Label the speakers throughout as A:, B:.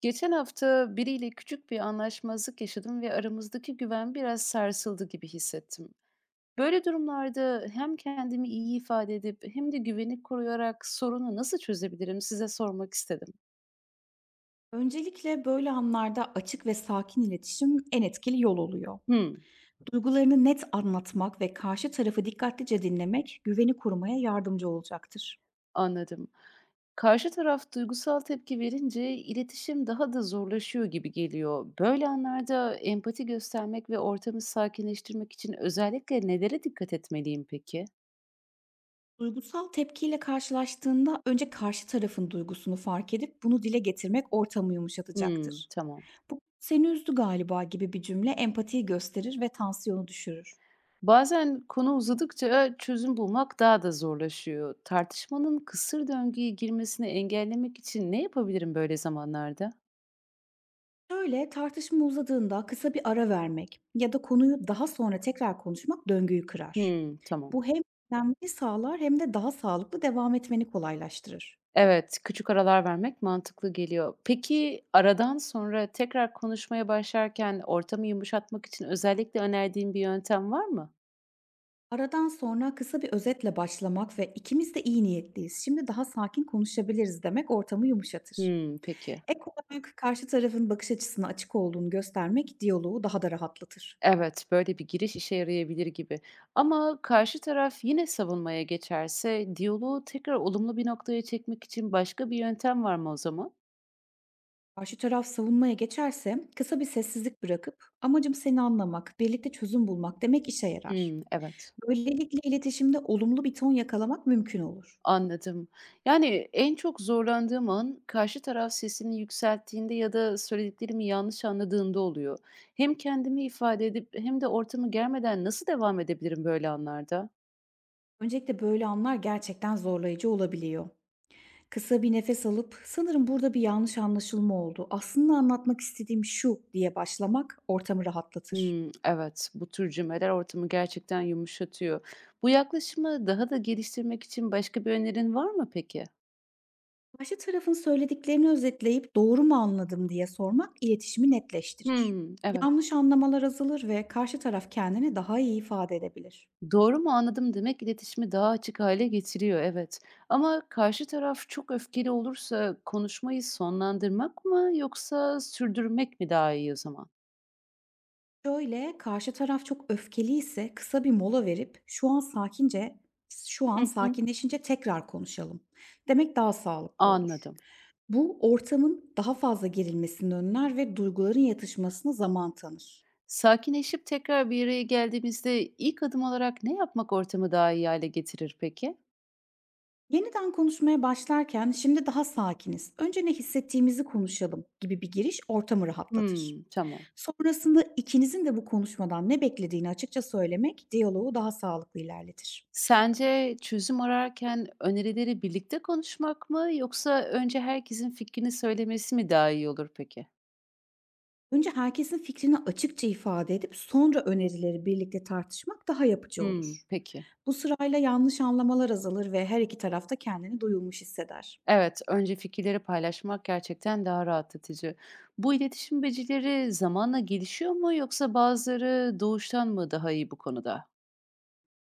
A: Geçen hafta biriyle küçük bir anlaşmazlık yaşadım ve aramızdaki güven biraz sarsıldı gibi hissettim. Böyle durumlarda hem kendimi iyi ifade edip hem de güveni koruyarak sorunu nasıl çözebilirim size sormak istedim.
B: Öncelikle böyle anlarda açık ve sakin iletişim en etkili yol oluyor.
A: Hmm,
B: Duygularını net anlatmak ve karşı tarafı dikkatlice dinlemek güveni korumaya yardımcı olacaktır.
A: anladım. Karşı taraf duygusal tepki verince iletişim daha da zorlaşıyor gibi geliyor. Böyle anlarda empati göstermek ve ortamı sakinleştirmek için özellikle nelere dikkat etmeliyim peki?
B: Duygusal tepkiyle karşılaştığında önce karşı tarafın duygusunu fark edip bunu dile getirmek ortamı
A: Hmm,
B: yumuşatacaktır.
A: tamam.
B: Bu seni üzdü galiba gibi bir cümle empatiyi gösterir ve tansiyonu düşürür.
A: Bazen konu uzadıkça çözüm bulmak daha da zorlaşıyor. Tartışmanın kısır döngüye girmesini engellemek için ne yapabilirim böyle zamanlarda?
B: Şöyle tartışma uzadığında kısa bir ara vermek ya da konuyu daha sonra tekrar konuşmak döngüyü kırar.
A: Hmm, tamam.
B: Bu hem dinlenmeni sağlar hem de daha sağlıklı devam etmeni kolaylaştırır.
A: Evet, küçük aralar vermek mantıklı geliyor. Peki aradan sonra tekrar konuşmaya başlarken ortamı yumuşatmak için özellikle önerdiğin bir yöntem var mı?
B: Aradan sonra kısa bir özetle başlamak ve ikimiz de iyi niyetliyiz, şimdi daha sakin konuşabiliriz demek ortamı yumuşatır.
A: Hmm, peki.
B: Ek olarak karşı tarafın bakış açısına açık olduğunu göstermek diyaloğu daha da rahatlatır.
A: Evet, böyle bir giriş işe yarayabilir gibi. Ama karşı taraf yine savunmaya geçerse diyaloğu tekrar olumlu bir noktaya çekmek için başka bir yöntem var mı o zaman?
B: Karşı taraf savunmaya geçerse kısa bir sessizlik bırakıp amacım seni anlamak, birlikte çözüm bulmak demek işe yarar.
A: Hmm, evet.
B: Böylelikle iletişimde olumlu bir ton yakalamak mümkün olur.
A: Anladım. Yani en çok zorlandığım an karşı taraf sesini yükselttiğinde ya da söylediklerimi yanlış anladığında oluyor. Hem kendimi ifade edip hem de ortamı germeden nasıl devam edebilirim böyle anlarda?
B: Öncelikle böyle anlar gerçekten zorlayıcı olabiliyor. Kısa bir nefes alıp "Sanırım burada bir yanlış anlaşılma oldu. Aslında anlatmak istediğim şu." diye başlamak ortamı rahatlatır.
A: Hmm evet, bu tür cümleler ortamı gerçekten yumuşatıyor. Bu yaklaşımı daha da geliştirmek için başka bir önerin var mı peki?
B: Karşı tarafın söylediklerini özetleyip "Doğru mu anladım?" diye sormak iletişimi netleştirir.
A: Hmm evet.
B: Yanlış anlamalar azalır ve karşı taraf kendini daha iyi ifade edebilir.
A: "Doğru mu anladım?" demek iletişimi daha açık hale getiriyor, evet. Ama karşı taraf çok öfkeli olursa konuşmayı sonlandırmak mı yoksa sürdürmek mi daha iyi o zaman?
B: Şöyle, karşı taraf çok öfkeliyse kısa bir mola verip "Şu an sakince, şu
A: Hı
B: an
A: hı.
B: sakinleşince tekrar konuşalım." demek daha sağlıklı olur.
A: Anladım.
B: Bu ortamın daha fazla gerilmesini önler ve duyguların yatışmasına zaman tanır.
A: Sakinleşip tekrar bir araya geldiğimizde ilk adım olarak ne yapmak ortamı daha iyi hale getirir peki?
B: Yeniden konuşmaya başlarken şimdi daha sakiniz, önce ne hissettiğimizi konuşalım gibi bir giriş ortamı
A: Hmm
B: rahatlatır.
A: tamam.
B: Sonrasında ikinizin de bu konuşmadan ne beklediğini açıkça söylemek diyaloğu daha sağlıklı ilerletir.
A: Sence çözüm ararken önerileri birlikte konuşmak mı yoksa önce herkesin fikrini söylemesi mi daha iyi olur peki?
B: Önce herkesin fikrini açıkça ifade edip sonra önerileri birlikte tartışmak daha yapıcı
A: Hımm,
B: olur.
A: peki.
B: Bu sırayla yanlış anlamalar azalır ve her iki taraf da kendini duyulmuş hisseder.
A: Evet, önce fikirleri paylaşmak gerçekten daha rahatlatıcı. Bu iletişim becerileri zamanla gelişiyor mu yoksa bazıları doğuştan mı daha iyi bu konuda?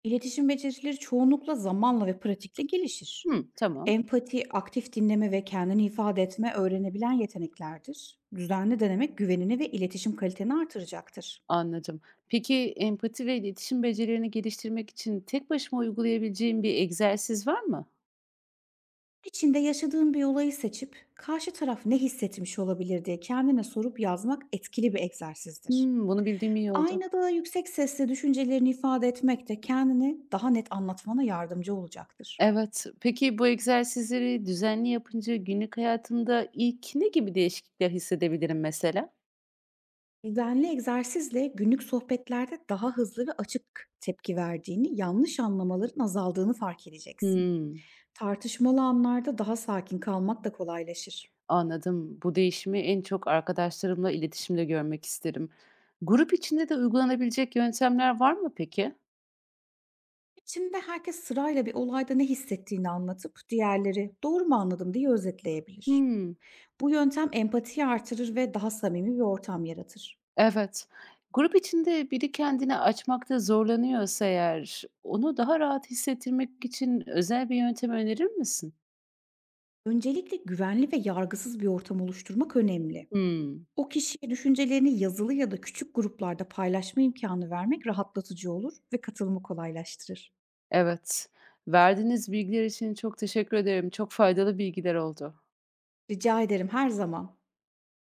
B: İletişim becerileri çoğunlukla zamanla ve pratikle gelişir.
A: Hımm, tamam,
B: Empati, aktif dinleme ve kendini ifade etme öğrenebilen yeteneklerdir. Düzenli denemek güvenini ve iletişim kaliteni artıracaktır.
A: anladım. Peki empati ve iletişim becerilerini geliştirmek için tek başıma uygulayabileceğim bir egzersiz var mı?
B: İçinde yaşadığın bir olayı seçip karşı taraf ne hissetmiş olabilir diye kendine sorup yazmak etkili bir egzersizdir.
A: Hımm, bunu bildiğim iyi oldu.
B: Aynada yüksek sesle düşüncelerini ifade etmek de kendini daha net anlatmana yardımcı olacaktır.
A: Evet. Peki bu egzersizleri düzenli yapınca günlük hayatımda ilk ne gibi değişiklikler hissedebilirim mesela?
B: Düzenli egzersizle günlük sohbetlerde daha hızlı ve açık tepki verdiğini, yanlış anlamaların azaldığını fark edeceksin.
A: Hımm,
B: Tartışmalı anlarda daha sakin kalmak da kolaylaşır.
A: anladım. Bu değişimi en çok arkadaşlarımla iletişimde görmek isterim. Grup içinde de uygulanabilecek yöntemler var mı peki?
B: İçinde herkes sırayla bir olayda ne hissettiğini anlatıp diğerleri doğru mu anladım diye özetleyebilir.
A: Hımm,
B: Bu yöntem empatiyi artırır ve daha samimi bir ortam yaratır.
A: evet. Grup içinde biri kendini açmakta zorlanıyorsa eğer onu daha rahat hissettirmek için özel bir yöntem önerir misin?
B: Öncelikle güvenli ve yargısız bir ortam oluşturmak önemli.
A: Hımm.
B: O kişiye düşüncelerini yazılı ya da küçük gruplarda paylaşma imkanı vermek rahatlatıcı olur ve katılımı kolaylaştırır.
A: Evet. Verdiğiniz bilgiler için çok teşekkür ederim. Çok faydalı bilgiler oldu.
B: Rica ederim her zaman.